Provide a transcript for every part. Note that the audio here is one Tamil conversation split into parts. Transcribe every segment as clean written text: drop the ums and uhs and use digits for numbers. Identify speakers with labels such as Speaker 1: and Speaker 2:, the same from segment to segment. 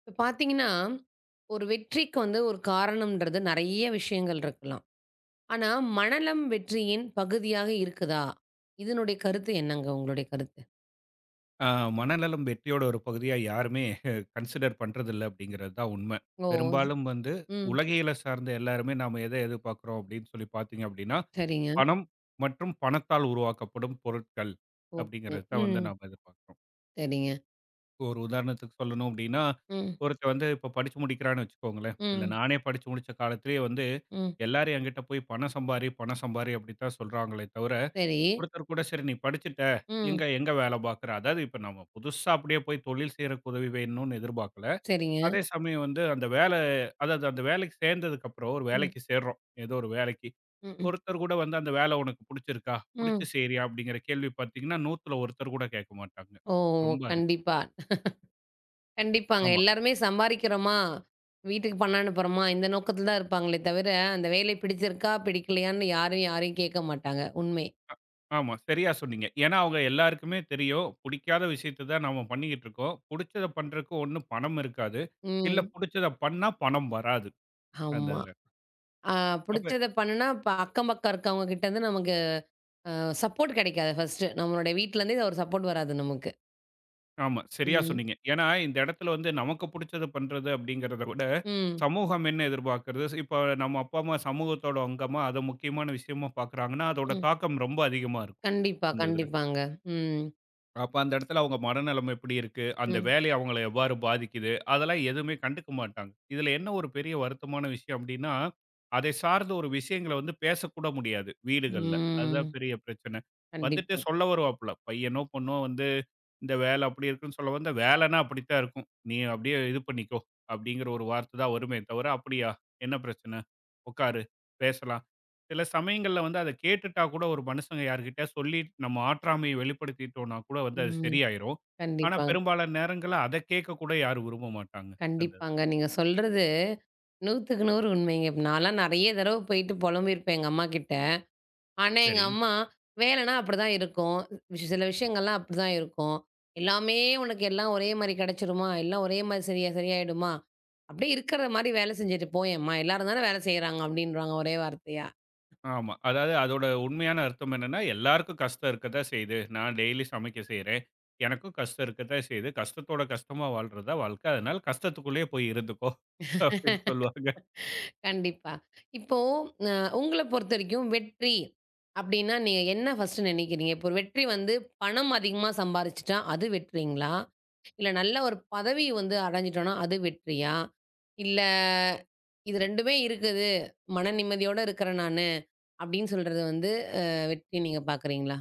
Speaker 1: இப்ப பார்த்தீங்கன்னா, ஒரு வெற்றிக்கு வந்து ஒரு காரணம்ன்றது நெறைய விஷயங்கள் இருக்கலாம். ஆனா, மணலம் வெற்றியின் பகுதியாக இருக்குதா? இதனுடைய கருத்து என்னங்க? உங்களுடைய கருத்து?
Speaker 2: ஆ, மனநலம் வெற்றியோட ஒரு பகுதியா யாருமே கன்சிடர் பண்றதில்ல அப்படிங்கிறது தான் உண்மை.
Speaker 1: ஓ!
Speaker 2: பெரும்பாலும் வந்து
Speaker 1: ம்.
Speaker 2: உலகியலை சார்ந்த எல்லாருமே நாம எதிர்பார்க்கிறோம் அப்படின்னு சொல்லி பார்த்தீங்க அப்படின்னா,
Speaker 1: சரிங்க.
Speaker 2: பணம் மற்றும் பணத்தால் உருவாக்கப்படும் பொருட்கள்
Speaker 1: ஓகே.
Speaker 2: அப்படிங்கிறது தான் வந்து
Speaker 1: ம்.
Speaker 2: நாம எதிர்பார்க்கிறோம்.
Speaker 1: சரிங்க.
Speaker 2: ஒரு உதாரணத்துக்கு சொல்லணும் அப்படின்னா,
Speaker 1: ம்.
Speaker 2: ஒருத்தன் வந்து இப்போ படிச்சு முடிக்கிறான்னு வச்சுக்கோங்களேன், இல்ல
Speaker 1: ம்.
Speaker 2: நானே படிச்சு முடிச்ச காலத்திலேயே வந்து
Speaker 1: ம்.
Speaker 2: எல்லாரும் என்கிட்ட போய் "பணம் சம்பாரி, பணம் சம்பாரி" அப்படித்தான் சொல்றாங்களே தவிர,
Speaker 1: சரி.
Speaker 2: ஒருத்தர் கூட சரி நீ படிச்சுட்ட,
Speaker 1: ம்.
Speaker 2: எங்க எங்க வேலை பார்க்குற? அதாவது இப்ப நம்ம புதுசா அப்படியே போய் தொழில் செய்றக்கு உதவி வேணும்னு எதிர்பார்க்கல.
Speaker 1: சரிங்க.
Speaker 2: அதே சமயம் வந்து அந்த வேலை அதாவது அந்த வேலைக்கு சேர்ந்ததுக்கு அப்புறம் ஒரு
Speaker 1: ம்.
Speaker 2: வேலைக்கு சேர்றோம். ஏதோ ஒரு வேலைக்கு.
Speaker 1: ம். ம்.
Speaker 2: ஒருத்தர் கூட வந்து அந்த வேலை உனக்கு புடிச்சிருக்கா? புடிச்சு
Speaker 1: ம்.
Speaker 2: செய்றியா? அப்படிங்கிற கேள்வி பார்த்தீங்கன்னா, 100ல ஒருத்தர் கூட கேட்க மாட்டாங்க.
Speaker 1: ஓ!
Speaker 2: ரொம்ப அரிது.
Speaker 1: கண்டிப்பா. கண்டிப்பாங்க.
Speaker 2: ஆமா.
Speaker 1: எல்லாருமே சம்பாரிக்கிறோமா, வீட்டுக்கு பணம் அனுப்புறோமா, இந்த நோக்கத்துல தான் இருப்பாங்களே தவிர, அந்த வேலை பிடிச்சிருக்கா, பிடிக்கலையான்னு யாரும் யாரையும் கேட்க மாட்டாங்க. உண்மை.
Speaker 2: ஆமா, சரியா சொன்னீங்க. ஏன்னா அவங்க எல்லாருக்குமே தெரியும். புடிக்காத விஷயத்த தான் நாம பண்ணிக்கிட்டு இருக்கோம். புடிச்சத பண்றதுக்கு ஒண்ணும் பணம் இருக்காது. இல்ல
Speaker 1: ம்.
Speaker 2: புடிச்சத பண்ணா பணம் வராது. அந்த
Speaker 1: ஆமா.
Speaker 2: இதுல.
Speaker 1: அ
Speaker 2: அப்ப
Speaker 1: புடிச்சத பண்ணுனா, இப்ப அக்கம் பக்கம் இருக்கவங்க கிட்ட இருந்து நமக்கு அ சப்போர்ட் கிடைக்காது ஃபர்ஸ்ட்டு. நம்மளுடைய வீட்லருந்தே ஒரு சப்போர்ட் வராது நமக்கு.
Speaker 2: ஆமா. சரியா
Speaker 1: ம்.
Speaker 2: சொன்னீங்க. ஏன்னா, இந்த இடத்துல வந்து நமக்கு புடிச்சத பண்றது அப்படிங்கிறத விட,
Speaker 1: ம்.
Speaker 2: சமூகம் என்ன எதிர்பார்க்கிறது? இப்போ நம்ம அப்பா, அம்மா சமூகத்தோட அங்கமா, அத முக்கியமான விஷயமா பார்க்குறாங்கன்னா, அதோட
Speaker 1: ம்.
Speaker 2: தாக்கம் ரொம்ப அதிகமா இருக்கும்.
Speaker 1: கண்டிப்பா,
Speaker 2: அந்த இதுல.
Speaker 1: கண்டிப்பாங்க. ம்.
Speaker 2: அப்ப அந்த இடத்துல அவங்க மனநலம் எப்படி இருக்கு? அந்த
Speaker 1: ம்.
Speaker 2: வேலை அவங்கள எவ்வாறு பாதிக்குது? அதெல்லாம் எதுவுமே கண்டுக்க மாட்டாங்க. இதுல என்ன ஒரு பெரிய வருத்தமான விஷயம் அப்படின்னா, அதை சார்ந்த ஒரு விஷயங்கள வந்து பேசக்கூட முடியாது வீடுகள்ல. அதுதான்
Speaker 1: ம்.
Speaker 2: பெரிய பிரச்சனை. வந்துட்டு
Speaker 1: கண்டிப்பா.
Speaker 2: சொல்ல வருவாப்புல. பையனோ, பொண்ணோ வந்து இந்த வேலை அப்படி இருக்குன்னு சொல்ல வந்தா, "வேலைன்னா அப்படித்தான் இருக்கும். நீ அப்படியே இது பண்ணிக்கோ." அப்படிங்கிற ஒரு வார்த்தை தான் வருமே தவிர, "அப்படியா? என்ன பிரச்சனை? உட்காரு, பேசலாம்." சில சமயங்கள்ல வந்து அத கேட்டுட்டா கூட ஒரு மனுஷங்க யார்கிட்டயா சொல்லி நம்ம ஆற்றாமையை வெளிப்படுத்திட்டோம்னா கூட வந்து அது
Speaker 1: ம்.
Speaker 2: சரியாயிரும். ஆனா,
Speaker 1: கண்டிப்பாங்க.
Speaker 2: பெரும்பாலான நேரங்கள்ல அத கேட்க கூட யாரும் விரும்ப மாட்டாங்க. அந்த இது.
Speaker 1: கண்டிப்பாங்க. நீங்க சொல்றது 100க்கு 100 உண்மைங்க. நான்லாம் நெறைய தடவ போயிட்டு புலம்பியிருப்பேன் எங்க அம்மாகிட்ட. ஆனா, எங்க
Speaker 2: சரி.
Speaker 1: அம்மா, வேலைன்னா அப்படிதான் இருக்கும். சில விஷயங்கள்லாம் அப்படிதான் இருக்கும். எல்லாமே உனக்கு எல்லாம் ஒரே மாரி கிடைச்சிருமா? எல்லாம் ஒரே மாரி சரியா சரியாயிடுமா? அப்படியே இருக்கிற மாரி வேலை செஞ்சுட்டு போயேன்ம்மா. எல்லாரும் தானே வேலை செய்றாங்க அப்படின்றாங்க ஒரே வார்த்தையா.
Speaker 2: ஆமா. அதாவது அதோட உண்மையான அர்த்தம் என்னன்னா, எல்லாருக்கும் கஷ்டம் இருக்கத்தான் செய்யுது. நான் டெய்லி சமைக்க செய்றேன். எனக்கும் கஷ்டம் இருக்கத்தான் செய்யுது. கஷ்டத்தோட கஷ்டமா வாழ்றது தான் வாழ்க்கை. அதனால கஷ்டத்துக்குள்ளேயே போய் இருந்துக்கோ அப்படின்னு சொல்லுவாங்க.
Speaker 1: கண்டிப்பா. இப்போ அ உங்கள பொறுத்தவரைக்கும் வெற்றி அப்படின்னா, நீங்க என்ன ஃபர்ஸ்ட்டு நினைக்கிறீங்க? இப்போ ஒரு வெற்றி வந்து பணம் அதிகமா சம்பாரிச்சுட்டா, அது வெற்றிங்களா? இல்ல நல்ல ஒரு பதவி வந்து அடைஞ்சிட்டோம்னா, அது வெற்றியா? இல்ல, இது 2மே இருக்குது. மன நிம்மதியோட இருக்கிறேன் நானு. அப்படின்னு சொல்றது வந்து அ வெற்றின்னு நீங்க பார்க்குறீங்களா?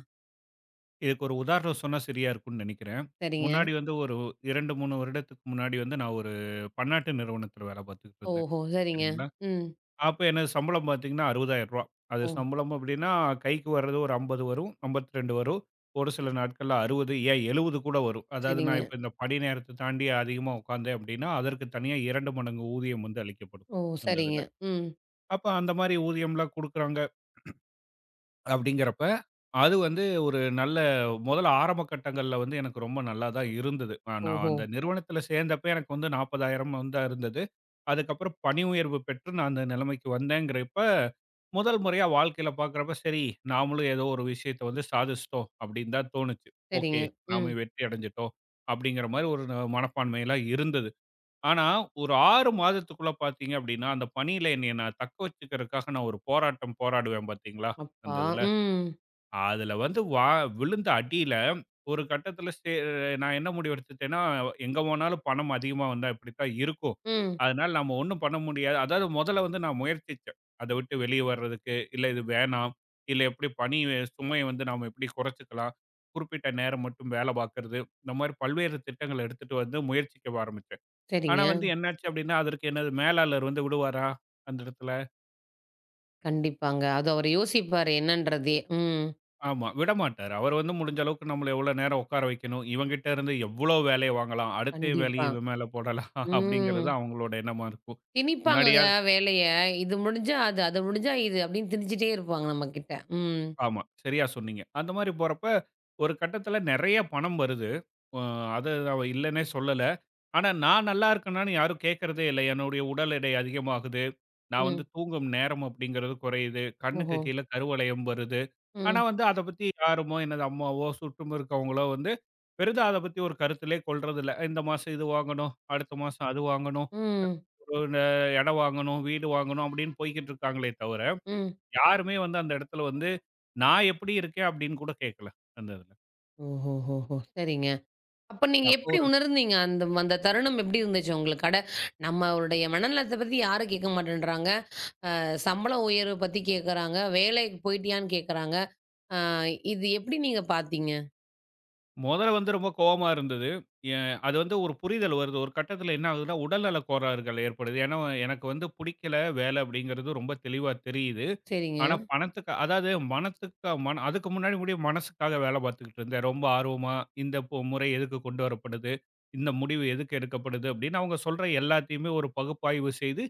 Speaker 2: இதுக்கு ஒரு உதாரணம் சொன்னா சரியா இருக்கும்னு நினைக்கிறேன்.
Speaker 1: சரிங்க.
Speaker 2: முன்னாடி வந்து ஒரு 2, 3 வருடத்துக்கு முன்னாடி வந்து நான் ஒரு பன்னாட்டு நிறுவனத்தில வேலை பார்த்துக்கிட்டு இருந்தேன்.
Speaker 1: ஓஹோ! சரிங்க.
Speaker 2: சரிங்களா?
Speaker 1: ம்.
Speaker 2: அப்ப எனது சம்பளம் பார்த்தீங்கன்னா ரூ. 60,000. அது
Speaker 1: ஓ!
Speaker 2: சம்பளம் அப்டின்னா கைக்கு வர்றது ஒரு 50 வரும், 52 வரும். ஒரு சில நாட்கள்ல 60 ஏன் 70 கூட வரும். அதாவது
Speaker 1: சரிங்க.
Speaker 2: நான் இப்ப இந்த பணி நேரத்த தாண்டி அதிகமா உட்கார்ந்தேன் அப்டின்னா, அதற்கு தனியா 2 மடங்கு ஊதியம் வந்து அளிக்கப்படும்
Speaker 1: ஓ!
Speaker 2: அந்த
Speaker 1: சரிங்க.
Speaker 2: இதுல.
Speaker 1: ம்.
Speaker 2: அப்ப அந்த மாரி ஊதியம்லாம் குடுக்குறாங்க அப்படிங்கிறப்ப, அது வந்து ஒரு நல்ல முதல்ல ஆரம்ப கட்டங்கள்ல வந்து எனக்கு ரொம்ப நல்லா தான் இருந்தது. நான்
Speaker 1: ஓஹோ!
Speaker 2: அந்த நிறுவனத்தில சேர்ந்தப்ப எனக்கு வந்து 40,000 வந்து இருந்தது. அதுக்கப்புறம் பணி உயர்வு பெற்று நான் அந்த நிலைமைக்கு வந்தேங்கிறப்ப, முதல் முறையா வாழ்க்கையில பார்க்குறப்ப, சரி நாமளும் ஏதோ ஒரு விஷயத்த வந்து சாதிச்சிட்டோம் அப்படின்னு தான் தோணுச்சு. ஓகே,
Speaker 1: சரிங்க. ம்.
Speaker 2: நாம வெற்றி அடைஞ்சுட்டோம் அப்படிங்கிற மாரி ஒரு மனப்பான்மைலாம் இருந்தது. ஆனா, ஒரு 6 மாதத்துக்குள்ள பார்த்தீங்க அப்படின்னா, அந்த பணியில என்னைய நான் தக்க வச்சுக்கிறதுக்காக நான் ஒரு போராட்டம் போராடுவேன் பார்த்தீங்களா? அந்த
Speaker 1: அப்பா!
Speaker 2: இதுல.
Speaker 1: ம்.
Speaker 2: அதுல வந்து விழுந்த அடியில, ஒரு கட்டத்துல நான் என்ன முடிவெடுத்துட்டேன்னா, எங்க போனாலும் பணம் அதிகமா வந்தா இப்படித்தான் இருக்கும்.
Speaker 1: ம்.
Speaker 2: அதனால நம்ம ஒண்ணும் பண்ண முடியாது. அதாவது மொதல்ல வந்து நான் முயற்சிச்சேன். அத விட்டு வெளிய வர்றதுக்கு, இல்ல இது வேணாம். இல்ல எப்படி பணி சுமைய வந்து நாம எப்படி குறைச்சுக்கலாம். குறிப்பிட்ட நேரம் மட்டும் வேலை பார்க்கறது. இந்த மாரி பல்வேறு திட்டங்கள எடுத்துட்டு வந்து முயற்சிக்க ஆரம்பிச்சேன். ஆனா
Speaker 1: சரிங்க.
Speaker 2: வந்து என்னாச்சு அப்படின்னா, அதற்கு எனது மேலாளர் வந்து விடுவாரா அந்த இடத்துல?
Speaker 1: கண்டிப்பாங்க. அது அவரு யோசிப்பாரு என்னன்றதே. ம்.
Speaker 2: ஆமா. விடமாட்டாரு. அவரு வந்து முடிஞ்ச அளவுக்கு நம்மள எவ்வளோ நேரம் உட்கார வைக்கணும், இவன்கிட்ட இருந்து எவ்வளோ வேலைய வாங்கலாம், அடுத்த
Speaker 1: கண்டிப்பா.
Speaker 2: வேலைய இவன் மேல போடலாம் அப்படிங்கிறது
Speaker 1: ம்.
Speaker 2: அவங்களோட எண்ணமா இருக்கும். முன்னாடியா
Speaker 1: திணிப்பாங்கங்க வேலைய. இது முடிஞ்சா அது, அது முடிஞ்சா இது அப்படின்னு திணிச்சிட்டே இருப்பாங்க நம்மகிட்ட. ம்.
Speaker 2: ஆமா. சரியா சொன்னீங்க. அந்த மாரி போறப்ப, ஒரு கட்டத்தில நெறைய பணம் வருது. அ அத அவ இல்லன்னே சொல்லல. ஆனா, நான் நல்லா இருக்கேனான்னு யாரும் கேட்கறதே இல்ல. என்னுடைய உடல் எடை அதிகமாகுது. நான் வந்து
Speaker 1: ம்.
Speaker 2: தூங்கும் நேரம் அப்படிங்கிறது குறையுது. கண்ணுக்கு
Speaker 1: ஓஹோ!
Speaker 2: கீழ கருவளையம் வருது. ஆனா
Speaker 1: ம்.
Speaker 2: வந்து அத பத்தி யாருமோ, எனது அம்மாவோ, சுற்றும் இருக்கவங்களோ வந்து பெரிதா அத பத்தி ஒரு கருத்திலே கொள்றதில்ல. இந்த மாசம் இது வாங்கணும், அடுத்த மாசம் அது வாங்கணும்,
Speaker 1: ம்.
Speaker 2: ஒரு எடம் வாங்கணும், வீடு வாங்கணும் அப்படின்னு போய்க்கிட்டு இருக்காங்களே தவிர,
Speaker 1: ம்.
Speaker 2: யாருமே வந்து அந்த இடத்துல வந்து, நான் எப்படி இருக்கேன் அப்படின்னு கூட கேட்கல அந்த இதுல.
Speaker 1: ஓஹோஹோஹோ! சரிங்க. அப்ப நீங்க
Speaker 2: அப்போ
Speaker 1: எப்படி
Speaker 2: ஒரு
Speaker 1: உணர்ந்தீங்க? அந்த அந்த தருணம் எப்படி இருந்துச்சு உங்களுக்கு? அட நம்மளுடைய மனநலத்த பத்தி யாரும் கேட்க மாட்டேன்றாங்க. சம்பள உயர்வு பத்தி கேட்கறாங்க. வேலைக்கு போயிட்டியான்னு கேட்கறாங்க. அ இது எப்படி நீங்க பார்த்தீங்க?
Speaker 2: முதல்ல வந்து ரொம்ப கோவமா இருந்தது. எ அது வந்து ஒரு புரிதல் வருது. ஒரு கட்டத்துல என்ன ஆகுதுன்னா, உடல்நல கோளாறுகள் ஏற்படுது. ஏன்னா, எனக்கு வந்து புடிக்கல வேலை அப்படிங்கிறது ரொம்ப தெளிவா தெரியுது.
Speaker 1: சரிங்க.
Speaker 2: ஆனா, பணத்துக்கு அதாவது மனத்துக்கு அதுக்கு முன்னாடி முடிய மனசுக்காக வேலை பார்த்துக்கிட்டு இருந்தேன். ரொம்ப ஆர்வமா, இந்த முறை எதுக்கு கொண்டு வரப்படுது? இந்த முடிவு எதுக்கு எடுக்கப்படுது? அப்படின்னு அவங்க சொல்ற எல்லாத்தையுமே ஒரு பகுப்பாய்வு செய்து,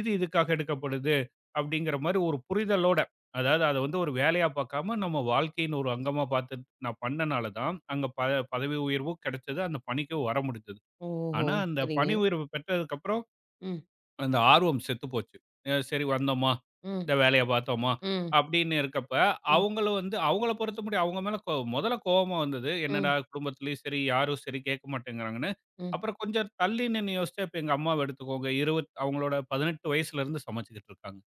Speaker 2: இது இதுக்காக எடுக்கப்படுது. அப்படிங்கிற மாரி ஒரு புரிதலோட, அதாவது அத வந்து ஒரு வேலையா பார்க்காம, நம்ம வாழ்க்கையின் ஒரு அங்கமா பார்த்து நான் பண்ணனால தான், அங்க பதவி உயர்வும் கிடைச்சது. அந்த பணிக்கும் வர முடிஞ்சது.
Speaker 1: ஓஹோ!
Speaker 2: ஆனா, அந்த
Speaker 1: சரிங்க.
Speaker 2: பணி உயர்வு பெற்றதுக்கப்புறம்
Speaker 1: ம்.
Speaker 2: அந்த ஆர்வம் செத்து போச்சு. சரி வந்தோமா,
Speaker 1: ம்.
Speaker 2: இந்த வேலைய பார்த்தோமா,
Speaker 1: ம்.
Speaker 2: அப்படின்னு இருக்கப்ப,
Speaker 1: ம்.
Speaker 2: அவங்களும் வந்து அவங்கள பொறுத்தமட்டியும் அவங்க மேல மொதல்ல கோவமா வந்தது. என்னடா
Speaker 1: ம்.
Speaker 2: குடும்பத்திலயும் சரி, யாரும் சரி கேட்க மாட்டேங்கிறாங்கன்னு.
Speaker 1: ம்.
Speaker 2: அப்புறம் கொஞ்சம் தள்ளி நின்னு யோசிச்சா, இப்ப எங்க அம்மாவ எடுத்துக்கோங்க. 20 அவங்களோட 18 வயசுலருந்து சமைச்சுக்கிட்டு இருக்காங்க,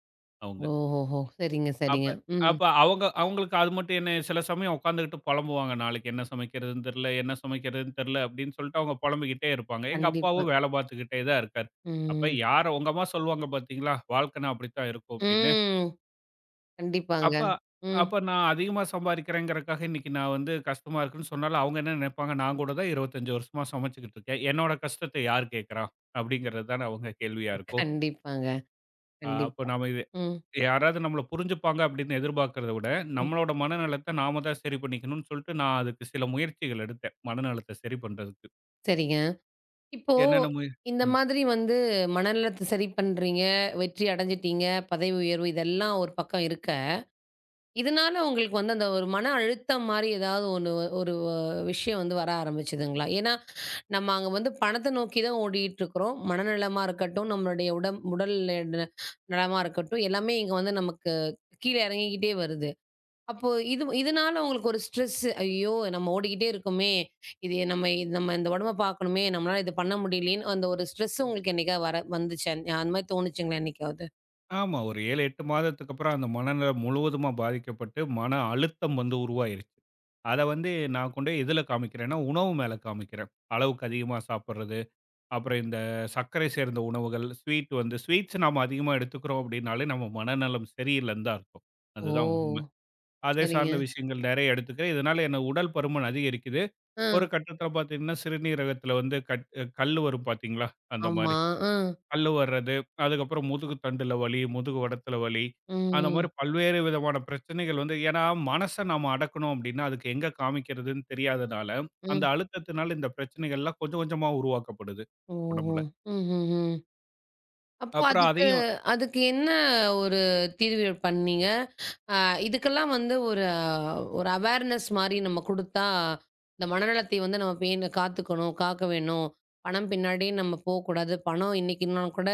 Speaker 2: அவங்க.
Speaker 1: ஓஹோஹோ! சரிங்க,
Speaker 2: அப்ப
Speaker 1: சரிங்க. ம்.
Speaker 2: அப்ப அவங்க அவங்களுக்கு அது மட்டும் என்ன சில சமயம் உட்காந்துக்கிட்டு புலம்புவாங்க. நாளைக்கு என்ன சமைக்கிறதுன்னு தெரியல, என்ன சமைக்கிறதுன்னு தெரியல அப்படின்னு சொல்லிட்டு அவங்க புலம்பிக்கிட்டே இருப்பாங்க. எங்க
Speaker 1: கண்டிப்பா.
Speaker 2: அப்பாவும் வேலை பார்த்துக்கிட்டே தான் இருக்காரு. அப்ப
Speaker 1: ம்.
Speaker 2: யார உங்க அம்மா சொல்லுவாங்க பார்த்தீங்களா, வாழ்க்கைன்னா அப்படித்தான் இருக்கும் அப்படின்னு.
Speaker 1: ம். கண்டிப்பாங்க.
Speaker 2: அப்ப
Speaker 1: ம்.
Speaker 2: அப்ப நான் அதிகமா சம்பாதிக்கிறேங்கிறதுக்காக இன்னைக்கு நான் வந்து கஷ்டமா இருக்குன்னு சொன்னாலும் அவங்க என்ன நினைப்பாங்க, நான் கூட தான் 25 வருஷமா சமைச்சுக்கிட்டு இருக்கேன். என்னோட கஷ்டத்த யார் கேட்கிறா? அப்படிங்கிறது தானே அவங்க கேள்வியா இருக்கும்.
Speaker 1: கண்டிப்பாங்க. கண்டிப்பா.
Speaker 2: அப்ப நாம இத
Speaker 1: ம்.
Speaker 2: யாராவது நம்மள புரிஞ்சுப்பாங்க அப்படின்னு எதிர்பார்க்கிறத விட,
Speaker 1: ம்.
Speaker 2: நம்மளோட மனநலத்த நாம தான் சரி பண்ணிக்கணும்னு சொல்லிட்டு, நான் அதுக்கு சில முயற்சிகள் எடுத்தேன். மனநலத்த சரி பண்றதுக்கு.
Speaker 1: சரிங்க. இப்போ
Speaker 2: என்னென்ன முய
Speaker 1: இந்த
Speaker 2: ம்.
Speaker 1: மாதிரி வந்து மனநலத்த சரி பண்றீங்க, வெற்றி அடைஞ்சிட்டீங்க, பதவி உயர்வு இதெல்லாம் ஒரு பக்கம் இருக்க, இதனால உங்களுக்கு வந்து அந்த ஒரு மன அழுத்தம் மாரி ஏதாவது ஒண்ணு ஒரு விஷயம் வந்து வர ஆரம்பிச்சதுங்களா? ஏன்னா நம்ம அங்க வந்து பணத்த நோக்கி தான் ஓடிட்டுருக்கிறோம். மனநலமா இருக்கட்டும், நம்மளுடைய உடல் நலமா இருக்கட்டும், எல்லாமே இங்க வந்து நமக்கு கீழ இறங்கிக்கிட்டே வருது. அப்போ இது இதனால உங்களுக்கு ஒரு ஸ்ட்ரெஸ் ஐயோ! நம்ம ஓடிக்கிட்டே இருக்கோமே! இது நம்ம இந்த உடம்ப பார்க்கணுமே! நம்மளால இது பண்ண முடியலையேன்னு அந்த ஒரு ஸ்ட்ரெஸ் உங்களுக்கு என்னைக்கா வர வந்துச்சா? அந்த மாரி தோணுச்சுங்களா என்னைக்காவது?
Speaker 2: ஆமா. ஒரு 7, 8 மாதத்துக்கு அப்புறம் அந்த மனநலம் முழுவதுமா பாதிக்கப்பட்டு, மன அழுத்தம் வந்து உருவாயிருச்சு. அத வந்து நான் கொண்டு போய் எதுல காமிக்கிறேன்னா, உணவு மேல காமிக்கிறேன். அளவுக்கு அதிகமா சாப்பிடுறது, அப்புறம் இந்த சர்க்கரை சேர்ந்த உணவுகள், ஸ்வீட்ஸ் நாம அதிகமா எடுத்துக்கிறோம் அப்படின்னாலே, நம்ம மனநலம் சரியில்லைன்னு தான் அர்த்தம்.
Speaker 1: ஓ!
Speaker 2: அதுதான் உண்ம. அதை சார்ந்த
Speaker 1: சரிங்க.
Speaker 2: விஷயங்கள் நெறைய எடுத்துக்கிறேன். இதனால என்ன உடல் பருமன் அதிகரிக்குது.
Speaker 1: அ.
Speaker 2: ஒரு கட்டத்தில பார்த்தீங்கன்னா, சிறுநீரகத்தில வந்து கல்லு வரும் பார்த்தீங்களா? அந்த மாரி.
Speaker 1: ஆமா. அ.
Speaker 2: கல்லு வர்றது, அதுக்கப்புறம் முதுகு தண்டுல வலி, முதுகு வடத்தில வலி, அந்த மாரி
Speaker 1: ம்.
Speaker 2: பல்வேறு விதமான பிரச்சனைகள் வந்து ஏன்னா மனச நாம அடக்கணும் அப்டின்னா, அதுக்கு எங்க காமிக்கிறதுன்னு தெரியாதனால, அந்த
Speaker 1: ம்.
Speaker 2: அழுத்தத்தினால இந்த பிரச்சனைகள்லாம் கொஞ்சம் கொஞ்சமா உருவாக்கப்படுது
Speaker 1: ஓஹோ!
Speaker 2: உடம்புல.
Speaker 1: ம்ஹ்ஹ்ம். அப்போ
Speaker 2: அப்புறம்
Speaker 1: அதுக்கு
Speaker 2: அதையும்
Speaker 1: அதுக்கு என்ன ஒரு தீர்வு பண்ணீங்க? அ இதுக்கெல்லாம் வந்து ஒரு ஒரு அவேர்னஸ் மாரி நம்ம குடுத்தா, இந்த மனநலத்தை வந்து நம்ம பேண காத்துக்கணும், காக்க வேணும். பணம் பின்னாடியே நம்ம போக்கூடாது. பணம் இன்னைக்கு இல்லனாலும் கூட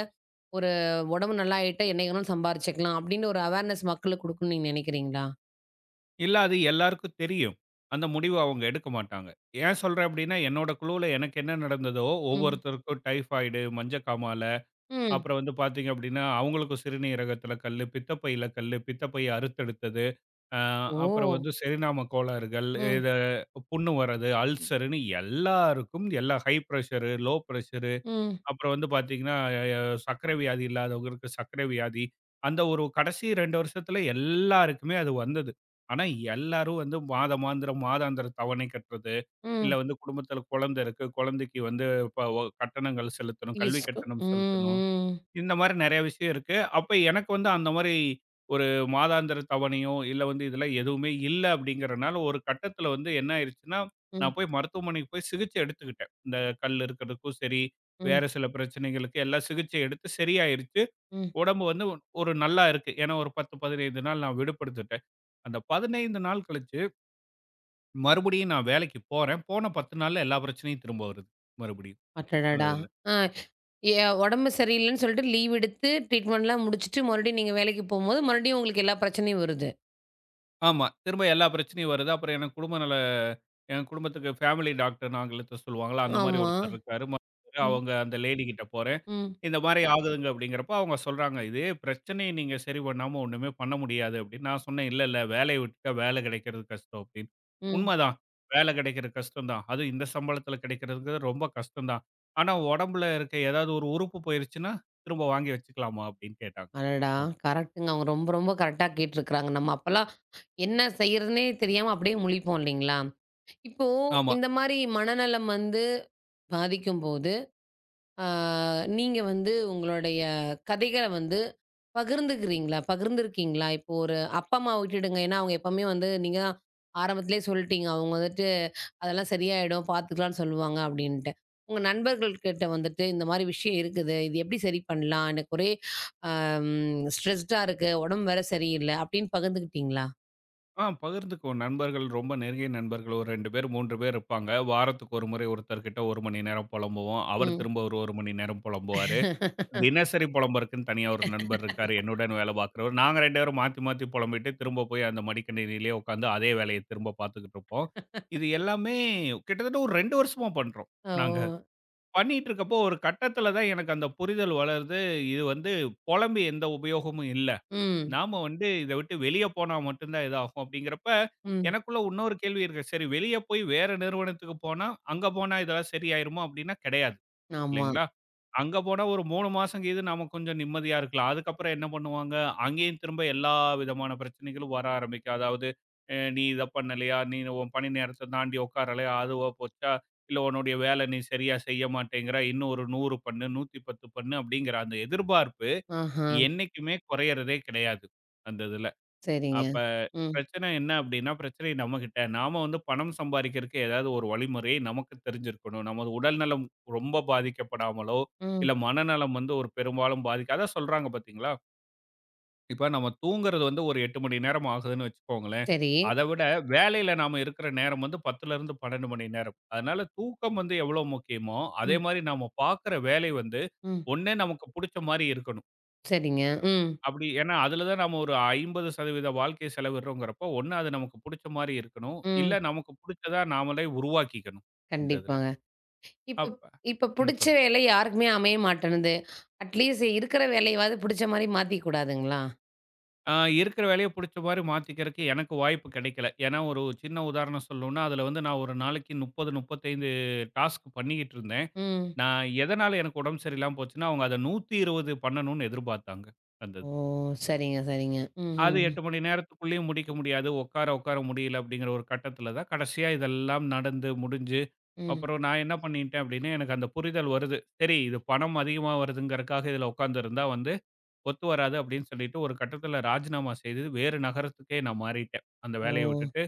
Speaker 1: ஒரு உடம்பு நல்லா ஆயிட்டா என்னைக்கு வேணாலும் சம்பாரிச்சுக்கலாம். அப்படின்னு ஒரு அவேர்னஸ் மக்களுக்கு குடுக்கணும்னு நீங்க நினைக்கிறீங்களா?
Speaker 2: இல்ல அது எல்லாருக்கும் தெரியும். அந்த முடிவு அவங்க எடுக்க மாட்டாங்க. ஏன் சொல்றேன் அப்டின்னா, என்னோட குழுவுல எனக்கு என்ன நடந்ததோ,
Speaker 1: ம்.
Speaker 2: ஒவ்வொருத்தருக்கும் டைஃபாய்டு, மஞ்சக்காமால,
Speaker 1: ம்.
Speaker 2: அப்புறம் வந்து பார்த்தீங்க அப்டின்னா, அவங்களுக்கும் சிறுநீரகத்துல கல்லு, பித்தப்பையில கல்லு, பித்தப்பை அறுத்தெடுத்தது, அ
Speaker 1: ஓ!
Speaker 2: அப்புறம் வந்து செரிநாம கோளாறுகள்,
Speaker 1: ம்.
Speaker 2: இத புண்ணு வர்றது, அல்சர்ன்னு எல்லாருக்கும் எல்லா ஹை பிரஷரு, லோ பிரஷரு
Speaker 1: ம்.
Speaker 2: அப்புறம் வந்து பார்த்தீங்கன்னா, அ சர்க்கரை வியாதி இல்லாதவங்களுக்கு சர்க்கரை வியாதி. அந்த ஒரு கடைசி 2 வருஷத்துல எல்லாருக்குமே அது வந்தது. ஆனா எல்லாரும் வந்து மாதாந்திர தவணை கட்டுறது, இல்ல
Speaker 1: ம்.
Speaker 2: வந்து குடும்பத்துல குழந்தை இருக்கு, குழந்தைக்கு வந்து இப்ப கட்டணங்கள் செலுத்தணும், கல்வி
Speaker 1: பீஸ்க்கு.
Speaker 2: கட்டணம் செலுத்தணும்.
Speaker 1: ம்.
Speaker 2: இந்த மாரி நெறைய விஷயம் இருக்கு. அப்ப எனக்கு வந்து அந்த மாரி ஒரு மாதாந்திர தவணையோ, இல்ல வந்து இதெல்லாம் எதுவுமே இல்ல அப்படிங்கிறனால, ஒரு கட்டத்தில வந்து என்ன ஆயிருச்சுன்னா,
Speaker 1: ம். ம்.
Speaker 2: நான் போய் மருத்துவமனைக்கு போய் சிகிச்சை எடுத்துக்கிட்டேன். இந்த கல் இருக்கிறதுக்கும் சரி,
Speaker 1: ம்.
Speaker 2: வேற சில பிரச்சனைகளுக்கு எல்லாம் சிகிச்சை எடுத்து சரியாயிருச்சு.
Speaker 1: ம்.
Speaker 2: உடம்பு வந்து ஒரு நல்லா இருக்கு. ஏன்னா ஒரு 10, 15 நாள் நான் விடுபடுத்துட்டேன். அந்த 15 நாள் கழிச்சு மறுபடியும் நான் வேலைக்கு போறேன். போன 10 நாள்ல எல்லா பிரச்சனையும் திரும்ப வருது. மறுபடியும். அந்த
Speaker 1: அடடடா!
Speaker 2: இதுல.
Speaker 1: ஆ எ உடம்பு சரியில்லன்னு சொல்லிட்டு லீவ் எடுத்து ட்ரீட்மெண்ட்லாம் முடிச்சுட்டு மறுபடியும் நீங்க வேலைக்கு போம்போது, மறுபடியும் உங்களுக்கு எல்லா பிரச்சனையும் வருது.
Speaker 2: ஆமா. திரும்ப எல்லா பிரச்சனையும் வருது. அப்புறம் எனக்கு குடும்ப நல என் குடும்பத்துக்கு ஃபேமிலி டாக்டர்ன்னு ஆங்கிலத்தில சொல்லுவாங்கல்ல. அந்த மாரி
Speaker 1: ஆமா.
Speaker 2: ஒருத்தர் இருக்காரு. மருத்துவர்.
Speaker 1: ம்.
Speaker 2: அவங்க அந்த லேடி கிட்ட போறேன்.
Speaker 1: ம்.
Speaker 2: இந்த மாரி ஆகுதுங்க அப்படிங்கிறப்ப அவங்க சொல்றாங்க, "இதே பிரச்சனைய நீங்க சரி பண்ணாம ஒண்ணுமே பண்ண முடியாது" அப்படின்னு. நான் சொன்னேன், "இல்ல, இல்ல. வேலைய விட்டுட்டா வேலை கிடைக்கிறது கஷ்டம்" அப்படின்னு.
Speaker 1: ம்.
Speaker 2: உண்மதான். வேலை கிடைக்கிறது கஷ்டம் தான். அதுவும் இந்த சம்பளத்தில கிடைக்கிறதுங்கிறது ரொம்ப கஷ்டம் தான். ஆனா உடம்புல இருக்க ஏதாவது ஒரு உறுப்பு போயிருச்சுன்னா, திரும்ப வாங்கி வச்சுக்கலாமா அப்படின்னு கேட்டாங்க
Speaker 1: அடடா!
Speaker 2: அவங்க.
Speaker 1: கரெக்ட்டுங்க. அவங்க ரொம்ப ரொம்ப கரெக்ட்டா கேட்டுருக்காங்க. நம்ம அப்பலாம் என்ன செய்றதுன்னே தெரியாம அப்படியே முழிப்போம் இல்லைங்களா? இப்போ
Speaker 2: ஆமா.
Speaker 1: இந்த மாரி மனநலம் வந்து பாதிக்கும்போது ஆ, நீங்க வந்து உங்களுடைய கதைகள வந்து பகிர்ந்துக்கிறீங்களா? பகிர்ந்திருக்கீங்களா? இப்போ ஒரு அப்பா, அம்மாவ விட்டுடுங்க. ஏன்னா, அவங்க எப்பவுமே வந்து நீங்க தான் ஆரம்பத்திலேயே சொல்லிட்டீங்க. அவங்க வந்துட்டு, "அதெல்லாம் சரியாயிடும், பார்த்துக்கலாம்ன்னு சொல்லுவாங்க" அப்படின்ட்டு. உங்க நண்பர்கள் கிட்ட வந்துட்டு, "இந்த மாரி விஷயம் இருக்குது. இது எப்படி சரி பண்ணலாம்? எனக்கு ஒரே அம் ஸ்ட்ரெஸ்டா இருக்கு. உடம்பு வேற சரியில்ல" அப்படின்னு பகிர்ந்துக்கிட்டீங்களா?
Speaker 2: பகிர்ந்துக்குவோம். நண்பர்கள் ரொம்ப நெருங்கிய நண்பர்கள் ஒரு 2 பேர், 3 பேர் இருப்பாங்க. வாரத்துக்கு ஒரு முறை ஒருத்தர்கிட்ட 1 மணி நேரம் புலம்புவோம். அவர்
Speaker 1: ம்.
Speaker 2: திரும்ப ஒரு 1 மணி நேரம் புலம்புவாரு. தினசரி புலம்புறக்குன்னு தனியா ஒரு நண்பர் இருக்காரு. என்னுடன் வேலை பார்க்கிறவர். நாங்க 2 பேரும் மாத்தி மாத்தி புலம்பிட்டு திரும்ப போய் அந்த மடிக்கணினியிலேயே உட்காந்து அதே வேலைய திரும்ப பார்த்துக்கிட்டு இருப்போம். இது எல்லாமே கிட்டத்தட்ட ஒரு 2 வருஷமா பண்றோம் நாங்க.
Speaker 1: ஓ!
Speaker 2: பண்ணிட்டு இருக்கப்போ ஒரு கட்டத்தில தான் எனக்கு அந்த புரிதல் வளருது. இது வந்து புலம்பி எந்த உபயோகமும் இல்ல.
Speaker 1: ம்.
Speaker 2: நாம வந்து இத விட்டு வெளிய போனா மட்டும் தான் இதாகும் அப்படிங்கிறப்ப,
Speaker 1: ம்.
Speaker 2: எனக்குள்ள இன்னொரு கேள்வி இருக்கு. சரி வெளிய போய் வேற நிறுவனத்துக்கு போனா, அங்க போனா இதெல்லாம் சரியாயிருமா அப்படின்னா கிடையாது.
Speaker 1: ஆமா.
Speaker 2: இல்லைங்களா? அங்க போனா ஒரு 3 மாசம் கீது நாம கொஞ்சம் நிம்மதியா இருக்கலாம். அதுக்கப்புறம் என்ன பண்ணுவாங்க, அங்கேயும் திரும்ப எல்லா விதமான பிரச்சனைகளும் வர ஆரம்பிக்கும். அதாவது நீ இத பண்ணலையா? நீ உன் பணி நேரத்த தாண்டி உட்காரலையா? அதுவா போச்சா? இல்ல உன்னுடைய வேலை நீ சரியா செய்ய மாட்டேங்கிற. இன்னும் ஒரு 100 பண்ணு, 110 பண்ணு அப்படிங்கிற அந்த எதிர்பார்ப்பு.
Speaker 1: ஆஹா.
Speaker 2: என்னைக்குமே குறையறதே கிடையாது. அந்த இதுல.
Speaker 1: சரிங்க.
Speaker 2: அப்ப
Speaker 1: ம்.
Speaker 2: பிரச்சனை என்ன அப்படின்னா, பிரச்சனை நம்மகிட்ட. நாம வந்து பணம் சம்பாரிக்கிறதுக்கு ஏதாவது ஒரு வழிமுறை நமக்கு தெரிஞ்சிருக்கணும். நமது உடல்நலம் ரொம்ப பாதிக்கப்படாமலோ,
Speaker 1: ம்.
Speaker 2: இல்ல மனநலம் வந்து ஒரு பெரும்பாலும் பாதிக்க அதான் சொல்றாங்க பார்த்தீங்களா? இப்ப நம்ம தூங்குறது வந்து ஒரு 8 மணி நேரம் ஆகுதுன்னு வச்சுக்கோங்களேன்.
Speaker 1: சரி.
Speaker 2: அத விட வேலையில நாம இருக்கிற நேரம் வந்து 10லருந்து 12 மணி நேரம். அதனால தூக்கம் வந்து எவ்வளோ முக்கியமோ, அதே
Speaker 1: ம்,
Speaker 2: மாரி நாம பார்க்குற வேலை வந்து,
Speaker 1: ம்.
Speaker 2: ஒண்ணு நமக்கு புடிச்ச மாரி இருக்கணும்.
Speaker 1: சரிங்க. ம்,
Speaker 2: அப்படி ஏன்னா அதில தான் நம்ம ஒரு 50% வாழ்க்கைய செலவிடுறோங்கிறப்போ, ஒண்ணு அது நமக்கு புடிச்ச மாரி இருக்கணும்.
Speaker 1: ம்.
Speaker 2: இல்ல நமக்கு புடிச்சதா நாமளே உருவாக்கிக்கணும். இந்த இதுல.
Speaker 1: கண்டிப்பாங்க. இப்ப
Speaker 2: அப்ப
Speaker 1: இப்ப
Speaker 2: ம்
Speaker 1: புடிச்ச
Speaker 2: சொல்லு.
Speaker 1: வேலை யாருக்குமே அமைய மாட்டேன்னுது. அட்லீஸ்ட் இருக்கிற வேலையவாது புடிச்ச மாரி மாத்திக்க கூடாதுங்களா?
Speaker 2: ஆ இருக்கிற வேலைய புடிச்ச மாரி மாத்திக்கிறக்கு எனக்கு வாய்ப்பு கிடைக்கல. ஏன்னா ஒரு சின்ன உதாரணம் சொல்லணும்னா, அதில வந்து நான் ஒரு நாளைக்கு 30, 35 டாஸ்க் பண்ணிக்கிட்டு இருந்தேன்.
Speaker 1: ம்.
Speaker 2: நான் எதனால எனக்கு உடம்பு சரியில்லாம போச்சுன்னா, அவங்க அத 120 பண்ணணும்னு எதிர்பார்த்தாங்க. அந்த
Speaker 1: ஓ! சரிங்க, சரிங்க. ம்,
Speaker 2: அது
Speaker 1: ம்,
Speaker 2: 8 மணி நேரத்துக்குள்ளேயும் முடிக்க முடியாது. உட்கார, உட்கார முடியல அப்படிங்கிற ஒரு கட்டத்தில தான் கடைசியா இதெல்லாம் நடந்து முடிஞ்சு,
Speaker 1: ம்.
Speaker 2: அப்புறம் நான் என்ன பண்ணிட்டேன் அப்படின்னா, எனக்கு அந்த புரிதல் வருது. சரி இது பணம் அதிகமா வருதுங்கிறதுக்காக இதில உட்கார்ந்திருந்தா வந்து ஒத்து வராது அப்படின்னு சொல்லிட்டு ஒரு கட்டத்தில ராஜினாமா செய்து வேறு நகரத்துக்கே நான் மாறிட்டேன். அந்த
Speaker 1: ஓ!
Speaker 2: வேலைய விட்டுட்டு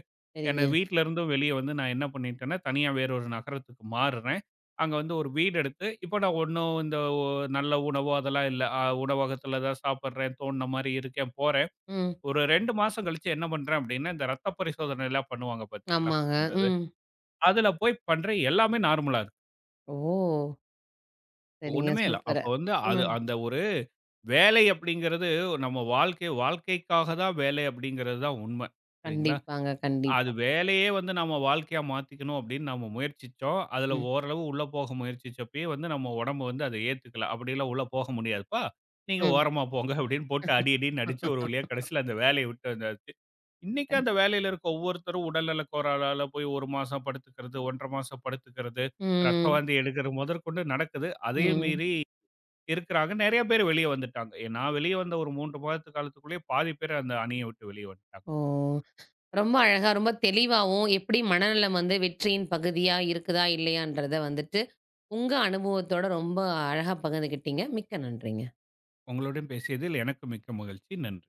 Speaker 2: என்னை
Speaker 1: சரிங்க.
Speaker 2: வீட்லருந்தும் வெளிய வந்து நான் என்ன பண்ணிட்டேன்னா, தனியா வேற ஒரு நகரத்துக்கு மாறுறேன். அங்க வந்து ஒரு வீடு எடுத்து இப்போ நான் ஒண்ணும் இந்த ஒ நல்ல உணவோ அதெல்லாம் இல்ல. உணவகத்தில தான் சாப்பிடுறேன். தோணுன மாரி இருக்கேன் போறேன்.
Speaker 1: ம்.
Speaker 2: ஒரு 2 மாசம் கழிச்சு என்ன பண்றேன் அப்படின்னா, இந்த ரத்த பரிசோதனை எல்லாம் பண்ணுவாங்க பார்த்தீங்களா,
Speaker 1: ஆமாங்க.
Speaker 2: அந்த இது.
Speaker 1: ம்.
Speaker 2: அதுல போய் பண்றேன் எல்லாமே நார்மலா இருக்கு.
Speaker 1: ஓ! சரிங்க.
Speaker 2: ஒண்ணுமே இல்ல. அப்ப
Speaker 1: சூப்பரு.
Speaker 2: வந்து அது
Speaker 1: ம்.
Speaker 2: அந்த ஒரு வேலை அப்படிங்கிறது நம்ம வாழ்க்கை வாழ்க்கைக்காக தான் வேலை அப்படிங்கிறது தான் உண்மை. சரிங்களா?
Speaker 1: கண்டிப்பாங்க,
Speaker 2: அது
Speaker 1: கண்டிப்பா.
Speaker 2: வேலையே வந்து நம்ம வாழ்க்கையா மாத்திக்கணும் அப்படின்னு நம்ம முயற்சிச்சோம். அதுல
Speaker 1: ம்,
Speaker 2: ஓரளவு உள்ள போக முயற்சிச்சப்பயே வந்து நம்ம உடம்பு வந்து அத ஏத்துக்கல. அப்படிலாம் உள்ள போக முடியாதுப்பா. நீங்க
Speaker 1: ம்.
Speaker 2: ஓரமா போங்க அப்படின்னு போட்டு அடி அடின்னு அடிச்சு ஒரு வழியா கடைசியில அந்த வேலைய விட்டு அந்த இன்னைக்கு அந்த வேலையில இருக்க ஒவ்வொருத்தரும் உடல்நல கோளாறால போய் 1 மாசம் படுத்துக்கிறது, 1 1/2 மாசம் படுத்துக்கிறது, ரத்த
Speaker 1: ம்,
Speaker 2: வாந்தி எடுக்கிறது முதற்கொண்டு நடக்குது. அதையும்
Speaker 1: ம்.
Speaker 2: மீறி இருக்கிறாங்க. நெறைய பேர் வெளிய வந்துட்டாங்க. நான் வெளிய வந்த ஒரு 3 மாதத்து காலத்துக்குள்ளேயே பாதி பேர் அந்த அணிய விட்டு வெளிய வந்துட்டாங்க.
Speaker 1: ஓ! ரொம்ப அழகா, ரொம்ப தெளிவாவும், எப்படி மனநலம் வந்து வெற்றியின் பகுதியா இருக்குதா? இல்லையான்றத வந்துட்டு, உங்க அனுபவத்தோட ரொம்ப அழகா பகிர்ந்துக்கிட்டீங்க. மிக்க நன்றிங்க.
Speaker 2: உங்களுடன் பேசியதில் எனக்கு மிக்க மகிழ்ச்சி. நன்றி.